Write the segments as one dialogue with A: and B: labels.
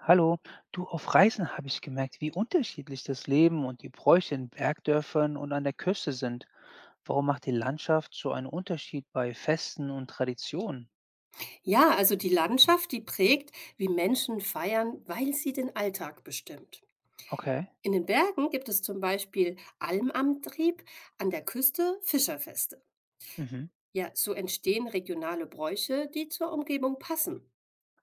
A: Hallo, du, auf Reisen habe ich gemerkt, wie unterschiedlich das Leben und die Bräuche in Bergdörfern und an der Küste sind. Warum macht die Landschaft so einen Unterschied bei Festen und Traditionen?
B: Ja, also die Landschaft, die prägt, wie Menschen feiern, weil sie den Alltag bestimmt.
A: Okay.
B: In den Bergen gibt es zum Beispiel Almamtrieb, an der Küste Fischerfeste.
A: Mhm.
B: Ja, so entstehen regionale Bräuche, die zur Umgebung passen.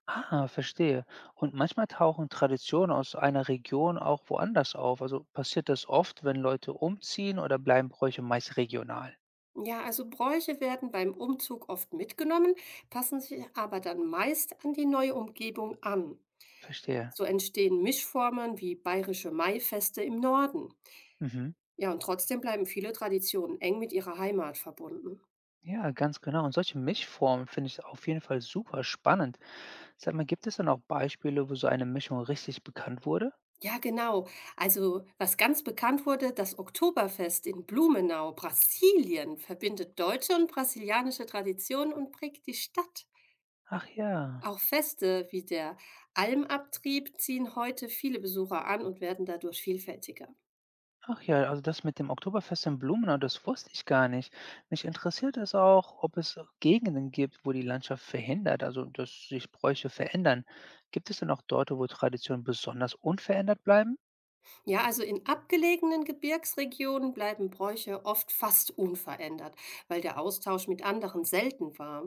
A: Ah, verstehe. Und manchmal tauchen Traditionen aus einer Region auch woanders auf. Also passiert das oft, wenn Leute umziehen oder bleiben Bräuche meist regional?
B: Ja, also Bräuche werden beim Umzug oft mitgenommen, passen sich aber dann meist an die neue Umgebung an.
A: Verstehe.
B: So entstehen Mischformen wie bayerische Maifeste im Norden.
A: Mhm.
B: Ja, und trotzdem bleiben viele Traditionen eng mit ihrer Heimat verbunden.
A: Ja, ganz genau. Und solche Mischformen finde ich auf jeden Fall super spannend. Sag mal, gibt es denn auch Beispiele, wo so eine Mischung richtig bekannt wurde?
B: Ja, genau. Also, was ganz bekannt wurde, das Oktoberfest in Blumenau, Brasilien, verbindet deutsche und brasilianische Traditionen und prägt die Stadt.
A: Ach ja.
B: Auch Feste wie der Almabtrieb ziehen heute viele Besucher an und werden dadurch vielfältiger.
A: Ach ja, also das mit dem Oktoberfest in Blumenau, das wusste ich gar nicht. Mich interessiert es auch, ob es Gegenden gibt, wo die Landschaft verhindert, also dass sich Bräuche verändern. Gibt es denn auch Orte, wo Traditionen besonders unverändert bleiben?
B: Ja, also in abgelegenen Gebirgsregionen bleiben Bräuche oft fast unverändert, weil der Austausch mit anderen selten war.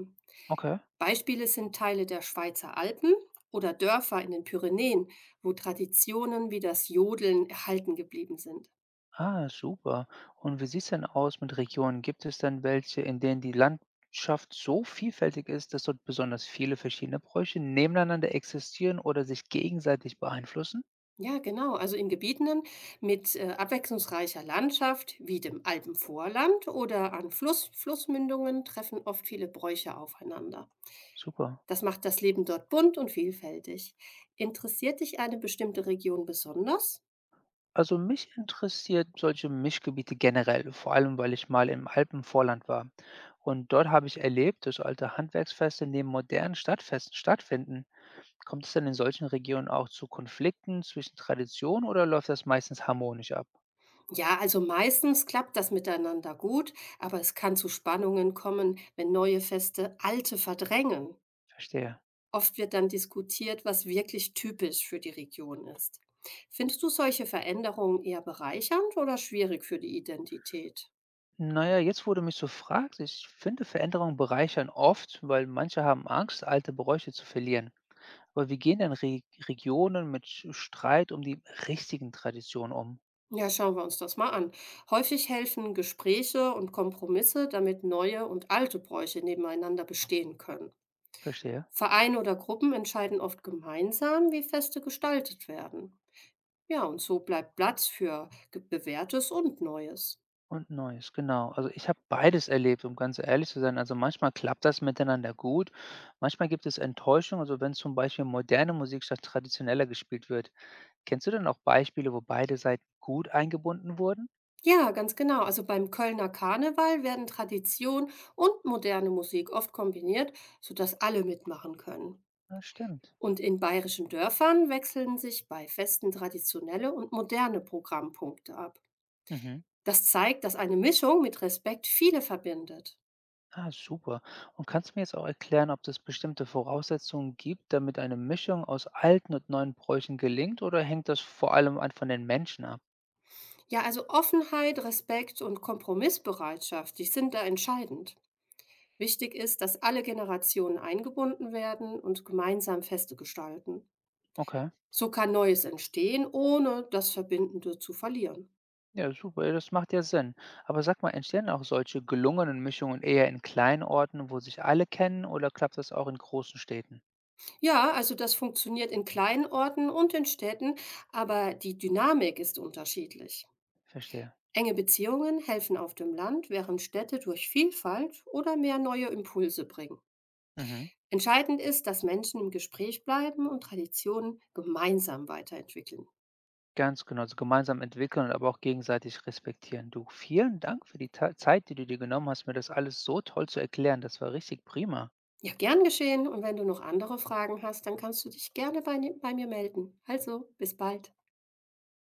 A: Okay.
B: Beispiele sind Teile der Schweizer Alpen oder Dörfer in den Pyrenäen, wo Traditionen wie das Jodeln erhalten geblieben sind.
A: Ah, super. Und wie sieht's denn aus mit Regionen? Gibt es denn welche, in denen die Landschaft so vielfältig ist, dass dort besonders viele verschiedene Bräuche nebeneinander existieren oder sich gegenseitig beeinflussen?
B: Ja, genau. Also in Gebieten mit abwechslungsreicher Landschaft wie dem Alpenvorland oder an Flussmündungen treffen oft viele Bräuche aufeinander.
A: Super.
B: Das macht das Leben dort bunt und vielfältig. Interessiert dich eine bestimmte Region besonders?
A: Also mich interessiert solche Mischgebiete generell, vor allem weil ich mal im Alpenvorland war. Und dort habe ich erlebt, dass alte Handwerksfeste neben modernen Stadtfesten stattfinden. Kommt es denn in solchen Regionen auch zu Konflikten zwischen Traditionen oder läuft das meistens harmonisch ab?
B: Ja, also meistens klappt das miteinander gut, aber es kann zu Spannungen kommen, wenn neue Feste alte verdrängen.
A: Verstehe.
B: Oft wird dann diskutiert, was wirklich typisch für die Region ist. Findest du solche Veränderungen eher bereichernd oder schwierig für die Identität?
A: Naja, jetzt, wo du mich so fragst, ich finde Veränderungen bereichern oft, weil manche haben Angst, alte Bräuche zu verlieren. Aber wie gehen denn Re Regionen mit Streit um die richtigen Traditionen um?
B: Ja, schauen wir uns das mal an. Häufig helfen Gespräche und Kompromisse, damit neue und alte Bräuche nebeneinander bestehen können.
A: Verstehe.
B: Vereine oder Gruppen entscheiden oft gemeinsam, wie Feste gestaltet werden. Ja, und so bleibt Platz für Bewährtes und Neues.
A: Und Neues, genau. Also ich habe beides erlebt, um ganz ehrlich zu sein. Also manchmal klappt das miteinander gut, manchmal gibt es Enttäuschung, also wenn zum Beispiel moderne Musik statt traditioneller gespielt wird. Kennst du denn auch Beispiele, wo beide Seiten gut eingebunden wurden?
B: Ja, ganz genau. Also beim Kölner Karneval werden Tradition und moderne Musik oft kombiniert, sodass alle mitmachen können.
A: Das stimmt.
B: Und in bayerischen Dörfern wechseln sich bei Festen traditionelle und moderne Programmpunkte ab.
A: Mhm.
B: Das zeigt, dass eine Mischung mit Respekt viele verbindet.
A: Ah, super. Und kannst du mir jetzt auch erklären, ob es bestimmte Voraussetzungen gibt, damit eine Mischung aus alten und neuen Bräuchen gelingt, oder hängt das vor allem an von den Menschen ab?
B: Ja, also Offenheit, Respekt und Kompromissbereitschaft, die sind da entscheidend. Wichtig ist, dass alle Generationen eingebunden werden und gemeinsam Feste gestalten.
A: Okay,
B: So kann Neues entstehen, ohne das Verbindende zu verlieren.
A: ja, super, ja, das macht ja Sinn. Aber sag mal, entstehen auch solche gelungenen Mischungen eher in kleinen Orten, wo sich alle kennen, oder klappt das auch in großen Städten?
B: Ja, also das funktioniert in kleinen Orten und in Städten, aber die Dynamik ist unterschiedlich.
A: Verstehe.
B: Enge Beziehungen helfen auf dem Land, während Städte durch Vielfalt oder mehr neue Impulse bringen.
A: Mhm.
B: Entscheidend ist, dass Menschen im Gespräch bleiben und Traditionen gemeinsam weiterentwickeln.
A: Ganz genau, also gemeinsam entwickeln und aber auch gegenseitig respektieren. Du, vielen Dank für die Ta Zeit, die du dir genommen hast, mir das alles so toll zu erklären. Das war richtig prima.
B: Ja, gern geschehen. Und wenn du noch andere Fragen hast, dann kannst du dich gerne bei mir melden. Also, bis bald.